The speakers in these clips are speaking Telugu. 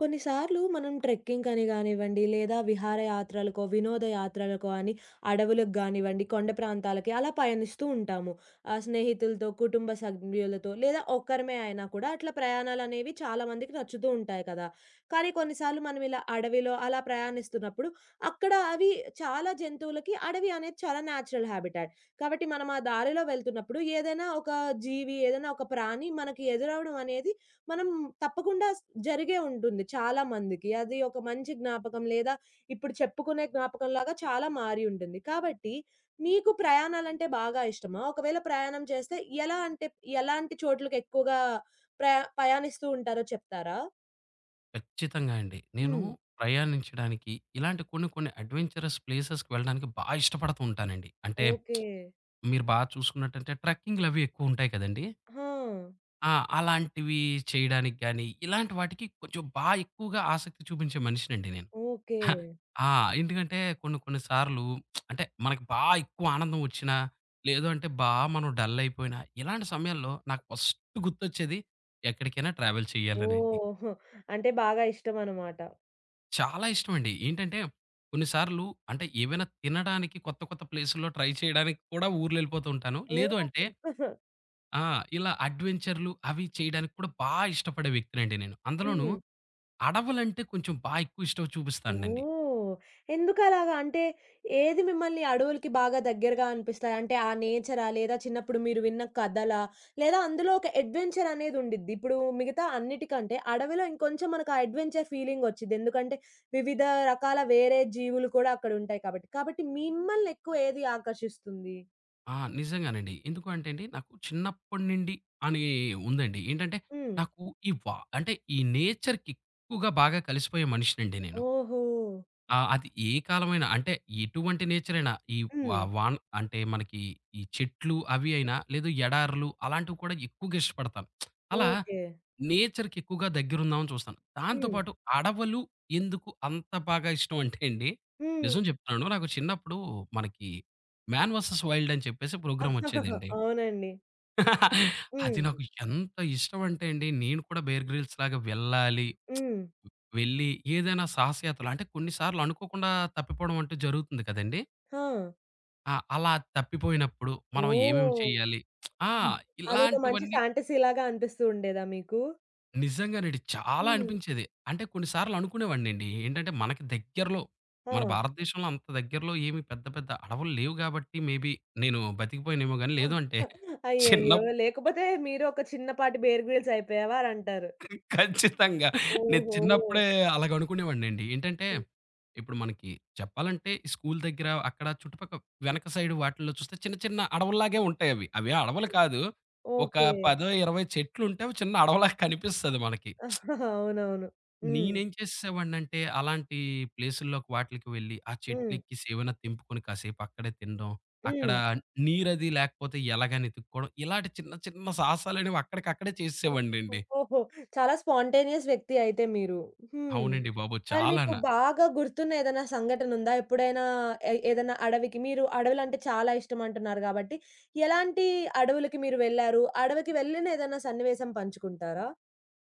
కొన్నిసార్లు మనం ట్రెక్కింగ్ అని కానివ్వండి, లేదా విహారయాత్రలకో, వినోదయాత్రలకో అని అడవులకు గానివ్వండి, కొండ ప్రాంతాలకి అలా పయనిస్తూ ఉంటాము. స్నేహితులతో, కుటుంబ సభ్యులతో లేదా ఒక్కరమే అయినా కూడా అట్లా ప్రయాణాలనేవి చాలా మందికి నచ్చుతూ ఉంటాయి కదా! కానీ కొన్నిసార్లు మనం ఇలా అడవిలో అలా ప్రయాణిస్తున్నప్పుడు అక్కడ అవి చాలా జంతువులకి అడవి అనేది చాలా న్యాచురల్ హాబిటాట్. కాబట్టి మనం ఆ దారిలో వెళ్తున్నప్పుడు ఏదైనా ఒక జీవి, ఏదైనా ఒక ప్రాణి మనకి ఎదురవ్వడం అనేది మనం తప్పకుండా జరిగే ఉంటుంది చాలా మందికి. అది ఒక మంచి జ్ఞాపకం లేదా ఇప్పుడు చెప్పుకునే జ్ఞాపకంలాగా చాలా మారి ఉంటుంది. కాబట్టి మీకు ప్రయాణాలంటే బాగా ఇష్టమా? ఒకవేళ ప్రయాణం చేస్తే ఎలా అంటే ఎలాంటి చోట్లకి ఎక్కువగా పయాణిస్తూ ఉంటారో చెప్తారా? ఖచ్చితంగా అండి. నేను హ్మ్. ప్రయాణించడానికి ఇలాంటి కొన్ని కొన్ని అడ్వెంచరస్ ప్లేసెస్‌కి వెళ్ళడానికి బా ఇష్టపడుతూ ఉంటానండి. అంటే ఓకే. మీరు బా చూసుకున్నట్టంటే ట్రెక్కింగ్‌లవి ఎక్కువుంటాయి కదండీ! ఆ! ఆ! అలాంటివి చేయడానికి గాని, ఇలాంటి వాటికి కొంచెం బా ఎక్కువగా ఆసక్తి చూపించే మనిషినండి నేను. ఓకే. ఆ! ఎందుకంటే కొన్ని కొన్ని సార్లు అంటే మనకు బా ఎక్కువ ఆనందం ఒచ్చినా, లేదు అంటే బా మనం డల్ అయిపోయినా, ఇలాంటి సమయాల్లో నాకు ఫస్ట్ గుర్తొచ్చేది ఎక్కడికైనా ట్రావెల్ చేయాలనండి. ఓహ్! అంటే బాగా ఇష్టమనమాట. చాలా ఇష్టమండి. ఏంటంటే కొన్నిసార్లు అంటే ఏవైనా తినడానికి కొత్త కొత్త ప్లేసుల్లో ట్రై చేయడానికి కూడా ఊర్లెళ్ళిపోతూ ఉంటాను. లేదు అంటే ఓహ్! ఆ! ఇలా అడ్వెంచర్‌లు అవి చేయడానికి కూడా బా ఇష్టపడే వ్యక్తినండి నేను. అందులోనూ హ్మ్. అడవులంటే కొంచెం బా ఎక్కువ ఇష్టం చూపిస్తానండి. ఓహ్! ఎందుకలాగా? అంటే ఏది మిమ్మల్ని అడవులకి బాగా దగ్గరగా అనిపిస్తాయి? అంటే ఆ నేచరా? లేదా చిన్నప్పుడు మీరు విన్న కథలా? లేదా అందులో ఒక అడ్వెంచర్ అనేది ఉండిద్ది. ఇప్పుడు మిగతా అన్నిటికంటే అడవిలో ఇంకొంచెం మనకు ఆ అడ్వెంచర్ ఫీలింగ్ వచ్చిద్ది. ఎందుకంటే వివిధ రకాల వేరే జీవులు కూడా అక్కడ ఉంటాయి కాబట్టి. కాబట్టి మిమ్మల్ని ఎక్కువ ఏది ఆకర్షిస్తుంది? ఆ! నిజంగానండి. ఎందుకు అంటే అండి నాకు చిన్నప్పటి నుండి అని ఉందండి. ఏంటంటే హ్మ్. నాకు ఈ వా అంటే ఈ నేచర్‌కి ఎక్కువగా బాగా కలిసిపోయే మనిషినండి నేను. ఓహో! ఆ! అది ఏ కాలమైన అంటే ఎటువంటి నేచర్ అయినా ఈ వా హ్మ్. వాన్ అంటే మనకి ఈ చెట్లు అవి అయినా, లేదు ఎడారులు అలాంటివి కూడా ఎక్కువగా ఇష్టపడతాను. అలా ఓకే. నేచర్‌కి ఎక్కువగా దగ్గరుందామని చూస్తాను. దాంతో హ్మ్. పాటు అడవులు ఎందుకు అంత బాగా ఇష్టం అంటే అండి, హ్మ్. నిజం చెప్తున్నాను నాకు చిన్నప్పుడు మనకి 'మ్యాన్ వర్సెస్ వైల్డ్' అని చెప్పేసి ప్రోగ్రామ్ వచ్చేదండి. అవునండి. అది హ్మ్. నాకు ఎంత ఇష్టం అంటే అండి, నేను కూడా 'బేర్ గ్రిల్స్' లాగా వెళ్ళాలి. హ్మ్. వెళ్ళి ఏదైనా సాహసయాత్రలు అంటే కొన్నిసార్లు అనుకోకుండా తప్పిపోవడం అంటూ జరుగుతుంది కదండీ! ఆ! ఆ! అలా తప్పిపోయినప్పుడు మనం ఏమేమి ఓహ్! చేయాలి? ఆ! హ్మ్. అదొక మంచి ఇలాంటివన్నీ ఫాంటసీలాగా అనిపిస్తూ ఉండేదా మీకు? నిజంగానండి చాలా హ్మ్. అనిపించేది. అంటే కొన్ని సార్లు అనుకునేవాడినండి. ఏంటంటే మనకి దగ్గరలో మన ఆ! భారతదేశంలో అంత దగ్గరలో ఏమి పెద్ద పెద్ద అడవులు లేవు గాబట్టి మేబీ నేను బతికిపోయానేమో గాని లేదు అంటే అయ్యయ్యో! చిన్నప్పుడు లేకపోతే మీరు ఒక చిన్నపాటి 'బేర్ గ్రిల్స్' అయిపోయావా అనంటారు. ఖచ్చితంగా. నేను ఓహో! చిన్నప్పుడే అలాగనుకునేవాడినండి. ఏంటంటే, హ్మ్. ఇప్పుడు మనకి చెప్పాలంటే ఈ స్కూల్ దగ్గర అక్కడ చుట్టుపక్క వెనక సైడ్ వాటిల్లో చూస్తే చిన్న చిన్న అడవుల్లాగే ఉంటాయవి. అవి అవి అడవులు హ్మ్. కాదు. ఒక ఓకే. 10, 20 చెట్లుంటే అవి చిన్న అడవిలాగా కనిపిస్తది మనకి. అవునవును. హ్మ్. నేనేం చేసేసేవాడినంటే, అలాంటి ప్లేసుల్లోకి వాటిలకి వెళ్ళి, ఆ హ్మ్. చెట్లెక్కేసి ఏవైనా తెంపుకొని కాసేపు అక్కడే తినడం, అక్కడ హ్మ్. నీరది లేకపోతే ఎలాగని ఎతుక్కోవడం, ఇలాంటి చిన్న చిన్న సాహసాలనేవి అక్కడికక్కడే ఓహ్! చేసేసేవాడినండి. ఓహో! చాలా స్పాంటేనియస్ వ్యక్తి అయితే మీరు. హ్మ్. అవునండి బాబు! మరి మీకు చాలాన. బాగా గుర్తున్న ఏదైనా సంఘటనుందా? ఎప్పుడైనా ఏదైనా అడవికి మీరు అడవులంటే చాలా ఇష్టం అంటున్నారు గాబట్టి, ఎలాంటి అడవులకి మీరు వెళ్లారు? అడవికి వెళ్ళిన ఏదైనా సన్నివేశం పంచుకుంటారా?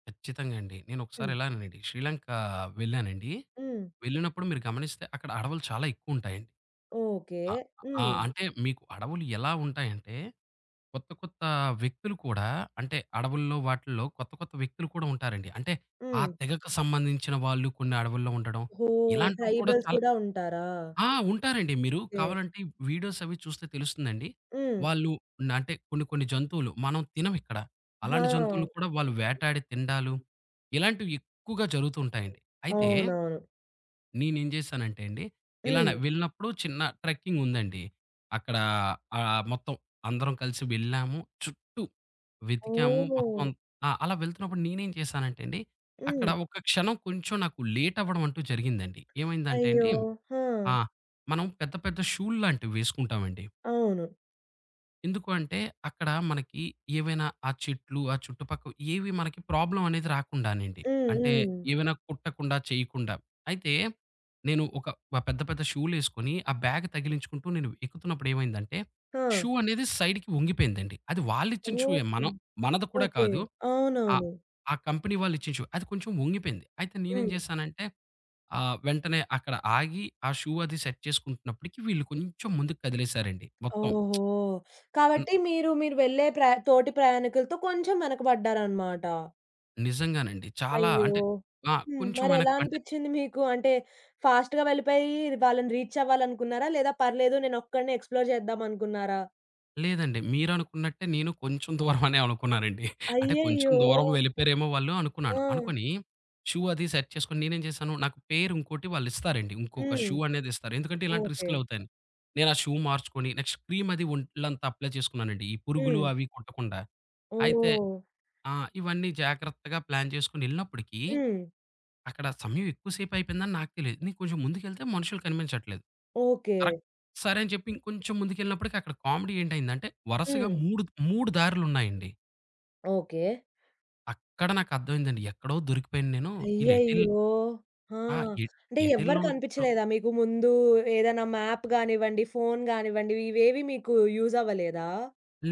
ఖచ్చితంగా అండి. నేనొకసారి హ్మ్. ఇలానేనండి శ్రీలంక వెళ్ళానండి. హ్మ్. వెళ్ళినప్పుడు మీరు గమనిస్తే అక్కడ అడవులు చాలా ఎక్కువుంటాయండి. ఓకే. ఆహ్, హ్మ్. ఆహ్, అంటే మీకు అడవులు ఎలా ఉంటాయంటే, కొత్త కొత్త వ్యక్తులు కూడా అంటే అడవుల్లో వాటిల్లో కొత్త కొత్త వ్యక్తులు కూడా ఉంటారండి. అంటే ఆ హ్మ్. తెగకు సంబంధించిన వాళ్ళు కొన్ని అడవుల్లో ఉండడం, ఓహ్! ఇలాంటివి కూడా ట్రైబల్స్ చాలా కూడా ఉంటారా? ఆ! ఉంటారండి. మీరు ఓకే. కావాలంటే వీడియోస్ అవి చూస్తే తెలుస్తుందండి. హ్మ్. వాళ్ళు అంటే కొన్ని కొన్ని జంతువులు మనం తినమిక్కడ. అలాంటి ఆ! జంతువులను కూడా వాళ్ళు వేటాడి తినడాలు, ఇలాంటివి ఎక్కువగా జరుగుతూ ఉంటాయండి. అయితే అవునవును. నేనేం చేశానంటే అండి, ఇలానే హ్మ్. వెళ్ళినప్పుడు చిన్న ట్రెక్కింగ్ ఉందండి. అక్కడ మొత్తం అందరం కలిసి వెళ్ళాము. చుట్టూ వెతికాము. ఓహ్! మొత్తం ఆ! అలా వెళ్తున్నప్పుడు నేనేం చేశానంటే అండి, అక్కడ హ్మ్. ఒక క్షణం కొంచెం నాకు లేట్ అవ్వడం అంటూ జరిగిందండి. ఏమైందంటే అయ్యో! అండి ఆ! ఆ! మనం పెద్ద పెద్ద షూల్లాంటివి వేసుకుంటామండి. అవును. ఎందుకు అంటే అక్కడ మనకి ఏవైనా ఆ చెట్లు, ఆ చుట్టుపక్క ఏవి మనకి ప్రాబ్లమ్ అనేది రాకుండానండి. హ్మ్. అంటే హ్మ్. ఏవైనా కుట్టకుండా, చేయకుండా. అయితే నేను ఒక ఆ పెద్ద పెద్ద షూలేసుకొని ఆ బ్యాగ్ తగిలించుకుంటూ నేను ఎక్కుతున్నప్పుడు ఏమైందంటే ఆ! షూ అనేది సైడ్‌కి వంగిపోయిందండి. అది వాళ్ళిచ్చిన షూయే ఓహో! మనం మనది కూడా ఓకే. కాదు. ఆ అవునవును. ఆ కంపెనీ వాళ్ళిచ్చిన షూ. అది కొంచెం వంగిపోయింది. అయితే నేనేం హ్మ్. చేశానంటే ఆ! వెంటనే అక్కడ ఆగి, ఆ షూ అది సెట్ చేసుకుంటున్నప్పటికి వీళ్ళు కొంచెం ముందుకు కదిలేసారండి మొత్తం. ఓహో! హ్మ్. కాబట్టి మీరు, మీరు వెళ్ళే తోటి ప్రయాణికులతో కొంచెం వెనకబడ్డారనమాట. నిజంగానండి. చాలా అయ్యో! అంటే ఆ! హ్మ్. కొంచెం మరెలా వెనక్కి అంటే అనిపిచ్చింది మీకు? అంటే ఫాస్ట్‌గా వెళ్ళిపోయి వాళ్ళని రీచ్ అవ్వాలనుకున్నారా? లేదా పర్లేదు నేనొక్కడినే ఎక్స్‌ప్లోర్ చేద్దామనుకున్నారా? లేదండి. మీరనుకున్నట్టే నేను కొంచెం దూరం అనే అనుకున్నానండి. అంటే కొంచెం అయ్యయ్యో! దూరం వెళ్ళిపోయారేమో వాళ్ళు ఆ! అనుకున్నాను. అనుకోని షూ అది సెట్ చేసుకొని నేనేం చేశాను, నాకు పేరు ఇంకోటి వాళ్ళిస్తారండి. ఇంకొక హ్మ్. షూ అనేది ఇస్తారు. ఎందుకంటే ఇలాంటి ఓకే. రిస్క్‌లవుతాయని. నేను ఆ షూ మార్చుకొని నెక్స్ట్ క్రీమ్ అది ఒంట్లంతా అప్లై చేసుకున్నానండి. ఈ పురుగులు హ్మ్. అవి కొట్టకుండా. అయితే ఓహ్! ఆ! ఇవన్నీ జాగ్రత్తగా ప్లాన్ చేసుకొని ఎళ్ళినప్పటికి, హ్మ్. అక్కడ సమయం ఎక్కువ సేపు అయిపోయిందని నాకు తెలీదు. నేను కొంచెం ముందుకెళ్తే మనుషులు కనిపించట్లేదు. ఓకే. కరెక్ట్ సరే అని చెప్పి ఇంకొంచెం ముందుకెళ్ళినప్పటికి అక్కడ కామెడీ ఏంటయిందంటే, వరుసగా హ్మ్. 3, 3 దారులున్నాయండి. ఓకే. అక్కడ నాకు అర్థమైందండి. ఎక్కడో దొరికిపోయాను నేను. ఈళ్ళు ఎటెల్ అయ్యయ్యో! ఆ! ఆ! ఎ అంటే ఎవ్వరు ఎటెళ్ళుంటారో కనిపించలేదా మీకు ముందు? ఏదైనా మ్యాప్ గానివ్వండి, ఫోను గానివ్వండి, ఇవేవి మీకు యూజ్ అవ్వలేదా?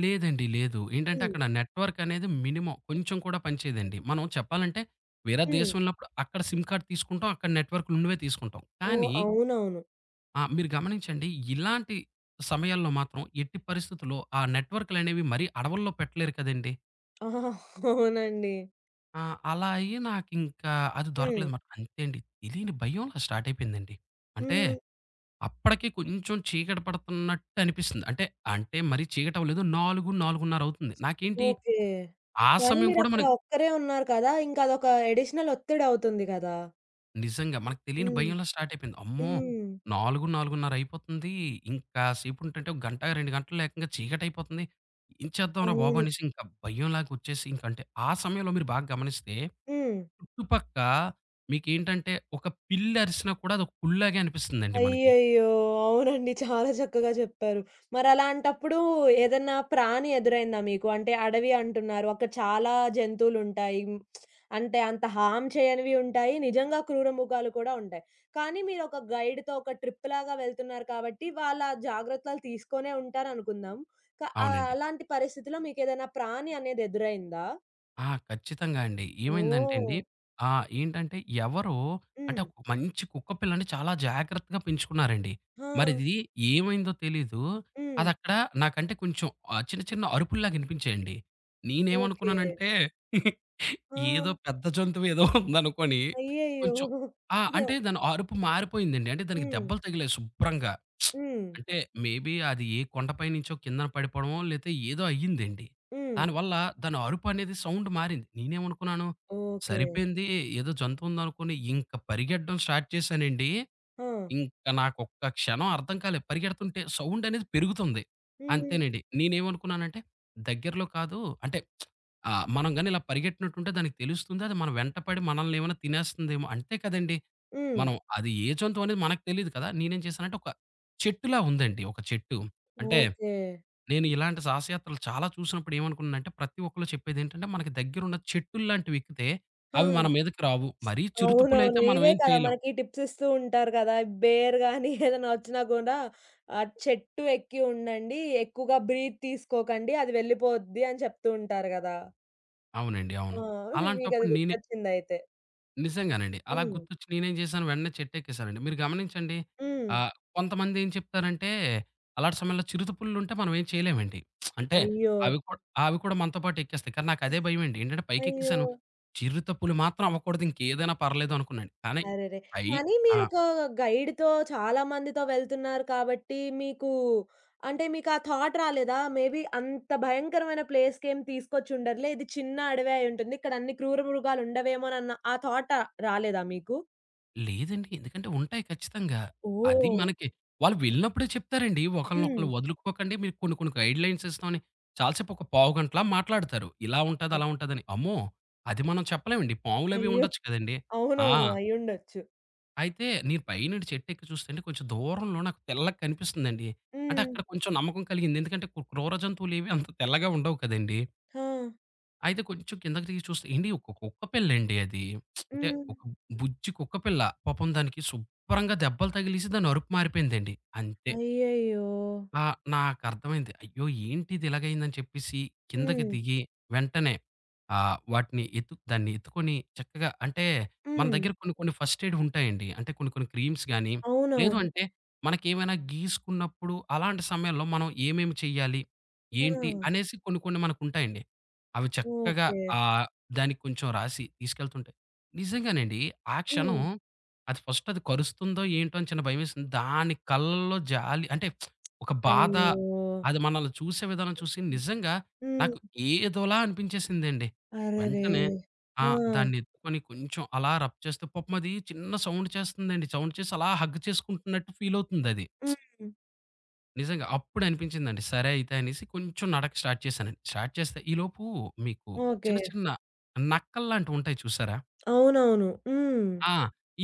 లేదండి. లేదు. ఏంటంటే హ్మ్. అక్కడ నెట్వర్క్ అనేది మినిమం కొంచెం కూడా పనిచేయదండి. మనం చెప్పాలంటే వేరే హ్మ్. దేశం వెళ్ళినప్పుడు అక్కడ సిమ్ కార్డ్ తీసుకుంటాం. అక్కడ నెట్వర్క్‌లున్నవే తీసుకుంటాం. ఓహ్! కానీ అవునవును. ఆ! మీరు గమనించండి. ఇలాంటి సమయాల్లో మాత్రం ఎట్టి పరిస్థితుల్లో ఆ నెట్వర్క్‌లనేవి మరీ అడవుల్లో పెట్టలేరు కదండీ! ఆహా! అవునండి. ఆ! అలా అయ్యి నాకింకా అది హ్మ్. దొరకలేదన్నమాట. అంతే అండి. తెలియని భయం అలా స్టార్ట్ అయిపోయిందండి. అంటే హ్మ్. అప్పటికి కొంచెం చీకటి పడుతున్నట్టు అనిపిస్తుంది. అంటే, అంటే మరీ చీకటవ్వలేదు. 4, 4:30 అవుతుంది. నాకేంటి ఓకే. ఆ కానీ సమయం కూడా మీరక్కడ మనకి ఒక్కరే ఉన్నారు కదా! ఇంకదొక అడిషనల్ ఒత్తిడవుతుంది కదా! నిజంగా. మనకు తెలియని హ్మ్. భయంలో స్టార్ట్ అయిపోయింది. అమ్మో! హ్మ్. 4, 4:30 అయిపోతుంది. ఇంకా సేపుంటంటే ఒక గంట, 2 గంటల్లో ఏకంగా చీకటైపోతుంది. ఏం చేద్దాంరా బాబు! అవును. అనేసి ఇంకా భయంలాగొచ్చేసి ఇంకంటే ఆ సమయంలో మీరు బాగా గమనిస్తే హ్మ్. చుట్టుపక్క మీకేంటంటే ఒక పిల్లి అరిసినా కూడా అదొక పులిలాగే అనిపిస్తుందండి మనకి. అయ్యయ్యో! అవునండి. చాలా చక్కగా చెప్పారు. మరలాంటప్పుడు ఏదన్నా ప్రాణి ఎదురైందా మీకు? అంటే అడవి అంటున్నారు. అక్కడ చాలా జంతువులుంటాయి. అంటే అంత హార్మ్ చేయనివి ఉంటాయి. నిజంగా క్రూర మృగాలు కూడా ఉంటాయి. కానీ మీరొక గైడ్‌తో ఒక ట్రిప్ లాగా వెళ్తున్నారు కాబట్టి వాళ్ళ జాగ్రత్తలు తీసుకొనే ఉంటారనుకుందాం. అవునండి. అలాంటి పరిస్థితిలో మీకేదైనా ప్రాణి అనేది ఎదురైందా? ఆ! ఖచ్చితంగా అండి. ఏమైందంటే ఓహ్! అండి ఏంటంటే ఎవరో అంటే హ్మ్. ఒక మంచి కుక్క పిల్లని చాలా జాగ్రత్తగా పెంచుకున్నారండి. ఆ! మరిది ఏమైందో తెలీదు. హ్మ్. అదక్కడ నాకంటే కొంచెం చిన్న చిన్న అరుపుల్లాగా వినిపించాయండి. ఓకే. నేనేమనుకున్నానంటే ఆ! ఏదో పెద్ద జంతువు ఏదో ఉందనుకోని అయ్యయ్యో! కొంచెం ఆ! అంటే దాని అరుపు మారిపోయిందండి. అంటే దానికి హ్మ్. దెబ్బలు తగిలాయి శుభ్రంగా. హ్మ్. అంటే మేబీ అది ఏ కొండపై నుంచో కిందన పడిపోవడమో లేతే ఏదో అయ్యిందండి. హ్మ్. దానివల్ల దాని అరుపు అనేది సౌండ్ మారింది. నేనేమనుకున్నాను, ఓకే. సరిపోయింది ఏదో జంతువు ఉందనుకోని ఇంక పరిగెట్టడం స్టార్ట్ చేశానండి. ఆ! ఇంక నాకొక్క క్షణం అర్థం కాలే. పరిగెడుతుంటే సౌండ్ అనేది పెరుగుతుంది. హ్మ్. అంతేనండి. నేనేమనుకున్నానంటే దగ్గరలో కాదు అంటే మనం గాని ఇలా పరిగెట్టినట్టుంటే దానికి తెలుస్తుంది. అది మన వెంట పడి మనల్ని ఏమైనా తినేస్తుందేమో అంతే కదండీ! హ్మ్. మనం అది ఏ జంతువు అనేది మనకు తెలీదు కదా! నేనేం చేశానంటే ఒక చెట్టులా ఉందండి ఒక చెట్టు. అంటే ఓకే. నేను ఇలాంటి సాహసయాత్రలు చాలా చూసినప్పుడు ఏమనుకున్నానంటే, ప్రతి ఒక్కళ్ళు చెప్పేదేంటంటే, మనకి దగ్గరున్న చెట్టుల్లాంటివి ఎక్కితే, ఆ! అవి మన మీదకి రావు. మరీ అవునవును. చిరుతపులైతే మనం ఇవే ఏం కదా! చేయలేం. మనకి టిప్స్ ఇస్తూ ఉంటారు కదా! బేర్ గాని ఏదైనా వచ్చినా కూడా ఆ చెట్టు ఎక్కి ఉండండి. ఎక్కువగా బ్రీత్ తీసుకోకండి. అది వెళ్ళిపోద్ది అని చెప్తూ ఉంటారు కదా! అవునండి. ఆ! అవును. మీకది అలాంటప్పుడు గుర్తొచ్చిందయితే. నిజంగానండి. అలా హ్మ్. గుర్తొచ్చి నేనేం చేశాను, వెంటనే చెట్టెక్కేసానండి. మీరు గమనించండి హ్మ్. కొంతమంది ఏం చెప్తారంటే, అలాంటి సమయంలో చిరుతపులుంటే మనం ఏం చేయలేమండి. అంటే అయ్యో! అవి కూడా అవి కూడా మనతో పాటు ఎక్కేస్తాయి. కానీ నాకదే భయమండి. ఏంటంటే అయ్యో! పైకెక్కేసాను. చిరుతపులి మాత్రం అవ్వకూడదు. ఇంకేదైనా పర్లేదు అనుకున్నాను. కానీ అరెరే! అయి కానీ ఆ! మీరొక గైడ్‌తో చాలా మందితో వెళ్తున్నారు కాబట్టి మీకు అంటే మీకు ఆ థాట్ రాలేదా? మేబీ అంత భయంకరమైన ప్లేస్‌కేం తీసుకొచ్చుండరులే. ఇది చిన్న అడవే అయ్యుంటుంది. ఇక్కడ అన్ని క్రూర మృగాలు ఉండవేమోనన్న ఆ థాట్ రాలేదా మీకు? లేదండి. ఎందుకంటే ఉంటాయి ఖచ్చితంగా. అది ఓహ్! మనకి వాళ్ళు వెళ్ళినప్పుడే చెప్తారండి. హ్మ్. ఒకళ్ళనొకళ్ళు వదులుకోకండి. మీకు కొన్ని కొన్ని గైడ్‌లైన్స్ ఇస్తామని చాలాసేపు ఒక పావుగంటలా మాట్లాడతారు. ఇలా ఉంటది, అలా ఉంటదని. అమ్మో! అది మనం చెప్పలేమండి. పాములవి అయ్యో! ఉండొచ్చు కదండీ! ఆ! అవునవును. అయ్యుండొచ్చు. అయితే నేను పైనుండి చెట్టెక్కి చూస్తే అండి కొంచెం దూరంలో నాకు తెల్లగా కనిపిస్తుందండి. అంటే హ్మ్. అక్కడ కొంచెం నమ్మకం కలిగింది. ఎందుకంటే క్రూర జంతువులేవి అంత తెల్లగా ఉండవు కదండీ! ఆ! అయితే కొంచెం కిందకి దిగి చూస్తే ఏండి ఒక కుక్క పిల్లండి అది. అంటే హ్మ్. ఒక బుజ్జి కుక్క పిల్ల. పాపం దానికి శుభ్రంగా దెబ్బలు తగిలేసి దాని అరుపు మారిపోయిందండి. అంతే. అయ్యయ్యో! ఆ! నాకర్థమైంది. అయ్యో! ఏంటిది ఇలాగయిందని చెప్పేసి కిందకి హ్మ్. దిగి వెంటనే వాటిని దాన్ని ఎత్తుకొని చక్కగా అంటే మన హ్మ్. దగ్గర కొన్ని కొన్ని ఫస్ట్ ఎయిడ్ ఉంటాయండి. అంటే కొన్ని కొన్ని క్రీమ్స్ గానీ, లేదు అవునవును. అంటే మనకేమైనా గీసుకున్నప్పుడు అలాంటి సమయంలో మనం ఏమేమి చెయ్యాలి? ఆ! ఏంటి? అనేసి కొన్ని కొన్ని మనకుంటాయండి. అవి చక్కగా ఓకే. ఆహ్, దానికి కొంచెం రాసి తీసుకెళ్తుంటే నిజంగానండి ఆ క్షణం హ్మ్. అది ఫస్ట్ అది కరుస్తుందో ఏంటో అని చిన్న భయమేసింది. దాని కళ్ళల్లో జాలి అంటే ఒక బాధ, అయ్యో! అది మనల్ని చూసే విధానం చూసి నిజంగా నాకు హ్మ్. ఏదోలా అనిపించేసిందండి. అరెరే! వెంటనే ఆ! ఆ! దాన్నెత్తుకొని కొంచెం అలా రబ్ చేస్తే పాపం అది చిన్న సౌండ్ చేస్తుందండి. సౌండ్ చేసి అలా హగ్ చేసుకుంటున్నట్టు ఫీలవుతుందది. హ్మ్. నిజంగా అప్పుడు అనిపించిందండి. సరే అయితే అనేసి కొంచెం నడక స్టార్ట్ చేశానండి. స్టార్ట్ చేస్తే ఈలోపు మీకు ఓకే. చిన్న చిన్న నక్కల్లాంటివుంటాయి చూసారా? అవునవును. హ్మ్. ఆ!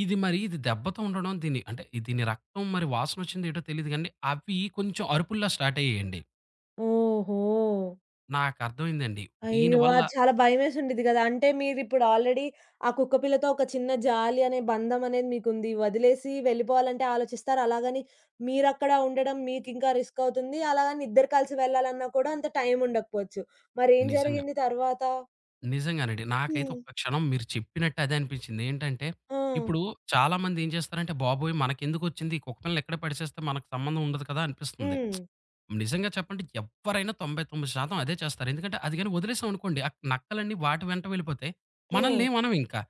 ఇది మరి ఇది దెబ్బతో ఉండడం దీని అంటే ఇది దీని రక్తం మరి వాసనొచ్చిందో ఏటో తెలీదు గానీ అవి కొంచెం అరుపుల్లా స్టార్ట్ అయ్యాయండి. ఓహో! నాకర్థమైందండి. అయ్యో! దీనివల్ల అది చాలా భయమేసుండిద్ది గదా! అంటే మీరిప్పుడు ఆల్రెడీ ఆ కుక్క పిల్లతో ఒక చిన్న జాలి అనే బంధం అనేది మీకుంది. వదిలేసి వెళ్ళిపోవాలంటే ఆలోచిస్తారు. అలాగని మీరక్కడ ఉండడం మీకింకా రిస్క్ అవుతుంది. అలాగని ఇద్దరు కలిసి వెళ్ళాలన్నా కూడా అంత టైం ఉండకపోవచ్చు. మరేం నిజంగా. జరిగింది తర్వాత? నిజంగానండి. నాకైతే హ్మ్. ఒక్క క్షణం మీరు చెప్పినట్టు అదే అనిపించింది. ఏంటంటే, ఆ! ఇప్పుడు చాలామంది ఏం చేస్తారంటే, బాబోయ్! మనకెందుకొచ్చింది? ఈ కుక్క పిల్లలు ఇక్కడే పడేసేస్తే మనకు సంబంధం ఉండదు కదా! అనిపిస్తుంది. హ్మ్. నిజంగా చెప్పంటే ఎవ్వరైనా 99% అదే చేస్తారు. ఎందుకంటే, అది గాని వదిలేసామనుకోండి, ఆ నక్కలన్నీ వాటి వెంట వెళ్ళిపోతాయి. ఆ! మనల్నేం అనవింకా.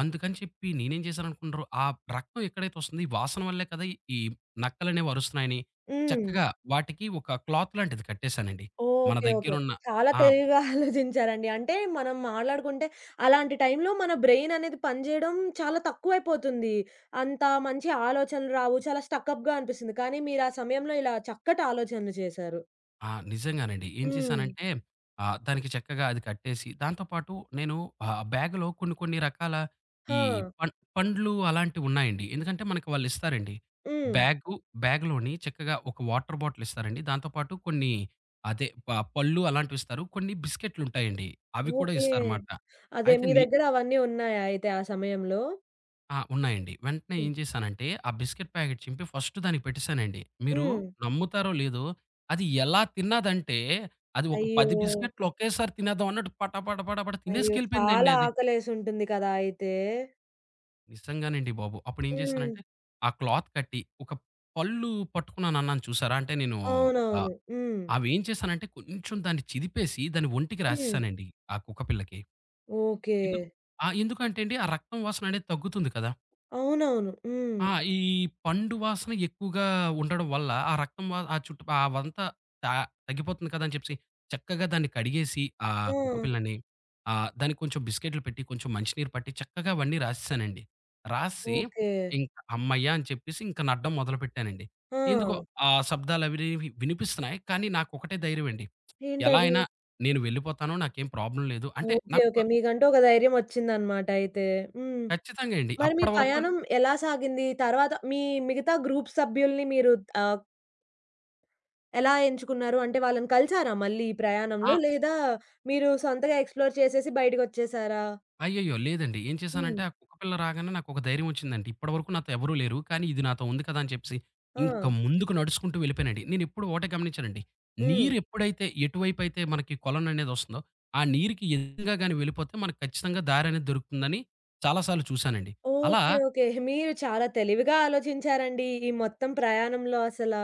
అందుకని చెప్పి నేనేం చేశాననుకుంటున్నారు, ఆ రక్తం ఎక్కడైతే వస్తుందో, ఈ వాసన వల్లే కదా! ఈ ఈ నక్కలనేవి అరుస్తున్నాయని, హ్మ్. చక్కగా వాటికి ఒక క్లాత్ లాంటిది కట్టేశానండి. మన ఓకే. ఓకే. దగ్గరున్న చాలా ఆ! తెలివిగా ఆలోచించారండి. అంటే మనం మాట్లాడుకుంటే అలాంటి టైంలో మన బ్రెయిన్ అనేది పనిజేయడం చాలా తక్కువైపోతుంది. అంత మంచి ఆలోచనలు రావు. చాలా స్టకప్‌గా అనిపిస్తుంది. కానీ మీరు ఆ సమయంలో ఇలా చక్కటి ఆలోచనలు చేశారు. ఆ! నిజంగానండి. ఏం హ్మ్. చేశానంటే దానికి చక్కగా అది కట్టేసి దాంతో పాటు నేను బ్యాగ్‌లో కొన్ని కొన్ని రకాల ఆ! ఈ పం పండ్లు అలాంటివున్నాయండి. ఎందుకంటే మనకి వాళ్ళిస్తారండి. హ్మ్. బ్యాగు బ్యాగ్‌లోని చక్కగా ఒక వాటర్ బాటిల్ ఇస్తారండి. దాంతో పాటు కొన్ని అదే పళ్ళు అలాంటివిస్తారు. కొన్ని బిస్కెట్లుంటాయండి. అవి కూడా ఓకే. ఇస్తారమాట. అదే అయితే మీ దగ్గర అవన్నీ ఉన్నాయా అయితే ఆ సమయంలో? ఆ! ఉన్నాయండి. వెంటనే హ్మ్. ఏం చేశానంటే, ఆ బిస్కెట్ ప్యాకెట్ చింపి ఫస్ట్ దానికి పెట్టేసానండి. మీరు హ్మ్. నమ్ముతారో లేదో, అది ఎలా తిన్నదంటే, అది ఒక అయ్యో! 10 బిస్కెట్లు ఒకేసారి తినేద్దాం అన్నట్టు పట పట పట పట అయ్యో! తినేసుకెళ్ళిపోయిందండి చాలా అది. ఆకలేసుంటుంది కదా! అయితే. నిజంగానండి బాబు. అప్పుడు ఏం హ్మ్. చేశానంటే, ఆ క్లాత్ కట్టి ఒక పళ్ళు పట్టుకున్నానన్నాను చూసారా? అంటే నేను ఆహ్, అవునవును. హ్మ్. అవేం చేశానంటే కొంచెం దాన్ని చిదిపేసి దాని ఒంటికి హ్మ్. రాసేసానండి ఆ కుక్క పిల్లకి. ఓకే. ఎందుకు ఆ! ఎందుకంటే అండి, ఆ రక్తం వాసన అనేది తగ్గుతుంది కదా! అవునవును. హ్మ్. ఆ! ఈ పండు వాసన ఎక్కువగా ఉండడం వల్ల, ఆ రక్తం ఆ చుట్టు ఆ అవంతా త తగ్గిపోతుంది కదా! అని చెప్పేసి, చక్కగా దాన్ని కడిగేసి, ఆ ఆ! కుక్క పిల్లని దానికి కొంచెం బిస్కెట్లు పెట్టి, కొంచెం మంచినీరు పట్టి, చక్కగా అవన్నీ రాసేసానండి. రాసి, ఓకే. ఇంక హమ్మయ్య! అని చెప్పేసి ఇంక నడడం మొదలుపెట్టానండి. ఆ! ఎందుకో ఆ శబ్దాలవి వినిపిస్తున్నాయి. కానీ నాకొకటే ధైర్యం అండి. ఎలా ఏంటది? అయినా నేను వెళ్ళిపోతాను. నాకేం ప్రాబ్లమ్ లేదు. అంటే ఓకే. నాకొక ఓకే. మీకంటూ ఒక ధైర్యం వచ్చిందన్నమాట అయితే. హ్మ్. ఖచ్చితంగా అండి. మరి మీ అప్పటి వరకు పయాణం ఎలా సాగింది? తర్వాత మీ మిగతా గ్రూప్ సభ్యుల్ని మీరు ఆహ్, ఎలా ఎంచుకున్నారు? అంటే వాళ్ళని కలిసారా మళ్ళీ ఈ ఆ! ప్రయాణంలో? లేదా మీరు సొంతగా ఎక్స్‌ప్లోర్ చేసేసి బయటికొచ్చేసారా? అయ్యయ్యో! లేదండి. ఏం హ్మ్. చేశానంటే ఆ కుక్క పిల్ల రాగానే నాకొక ధైర్యం వచ్చిందండి. ఇప్పటివరకు నాతో ఎవరు లేరు. కానీ ఇది నాతో ఉంది కదా! అని చెప్పేసి ఆ! ఇంకా ముందుకు నడుచుకుంటూ వెళ్ళిపోయానండి. నేనెప్పుడు ఒకటే గమనించానండి. హ్మ్. నీరెప్పుడైతే ఎటువైపైతే మనకి కొలననేదొస్తుందో, ఆ నీరుకి ఎదురుగా గాని వెళ్ళిపోతే మనకు ఖచ్చితంగా దారనేది దొరుకుతుందని చాలా సార్లు చూసానండి. అలా ఓకే. ఓకే. మీరు చాలా తెలివిగా ఆలోచించారండి. ఈ మొత్తం ప్రయాణంలో అసల.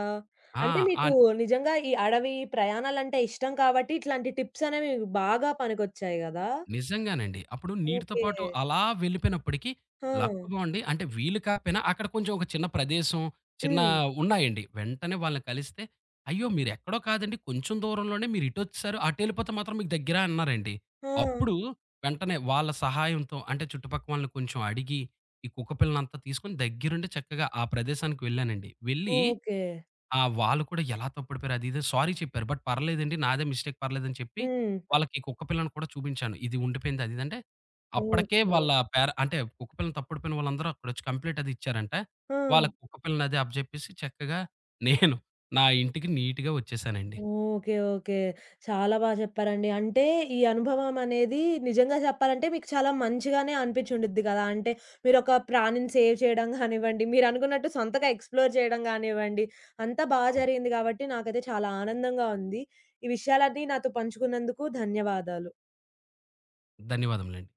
ఆ! అంటే ఆ మీకు నిజంగా ఈ అడవి ప్రయాణాలంటే ఇష్టం కాబట్టి ఇట్లాంటి టిప్స్ అనేవి మీకు బాగా పనికొచ్చాయి గదా! నిజంగానండి. అప్పుడు నీటితో ఓకే. పాటు అలా వెళ్ళిపోయినప్పటికి ఆ! లక్ బావుండి అంటే వీళ్ళు కాకపోయినా అక్కడ కొంచెం ఒక చిన్న ప్రదేశం, చిన్న హ్మ్. ఉన్నాయండి. వెంటనే వాళ్ళని కలిస్తే, "అయ్యో! మీరెక్కడో కాదండి. కొంచెం దూరంలోనే మీరు ఇటొచ్చేసారు. అటెళ్ళిపోతే మాత్రం మీకు దగ్గర" అన్నారండి. ఆ! అప్పుడు వెంటనే వాళ్ళ సహాయంతో అంటే చుట్టుపక్కల వాళ్ళని కొంచెం అడిగి, ఈ కుక్కపిల్లనంతా తీసుకొని దగ్గరుండి చక్కగా ఆ ప్రదేశానికి వెళ్ళానండి. వెళ్ళి ఓకే. ఆ! వాళ్ళు కూడా ఎలా తప్పుడిపోయారు అది ఇది సారీ చెప్పారు. బట్ పర్లేదండి నాదే మిస్టేక్ పర్లేదని చెప్పి, హ్మ్. వాళ్ళకి కుక్క పిల్లని కూడా చూపించాను. ఇది ఉండిపోయింది అది ఇది అంటే, అప్పటికే ఓకే. వాళ్ళ పేర అంటే కుక్క పిల్లని తప్పుడుపోయిన వాళ్ళందరూ అక్కడొచ్చి కంప్లెయింట్ అది ఇచ్చారంట. ఆ! వాళ్ళ కుక్క పిల్లని అది అప్పజెప్పేసి చక్కగా నేను నా ఇంటికి నీట్‌గా వచ్చేసానండి. ఓకే. ఓకే. చాలా బా చెప్పారండి. అంటే ఈ అనుభవం అనేది నిజంగా చెప్పాలంటే మీకు చాలా మంచిగానే అనిపించుండిద్ది కదా! అంటే మీరొక ప్రాణిని సేవ్ చేయడం గానివ్వండి, మీరనుకున్నట్టు సొంతగా ఎక్స్‌ప్లోర్ చేయడం గానివ్వండి, అంతా బా అవును. జరిగింది గాబట్టి నాకైతే చాలా ఆనందంగా ఉంది. ఈ విషయాలన్నీ నాతో పంచుకున్నందుకు ధన్యవాదాలు. ధన్యవాదములండి.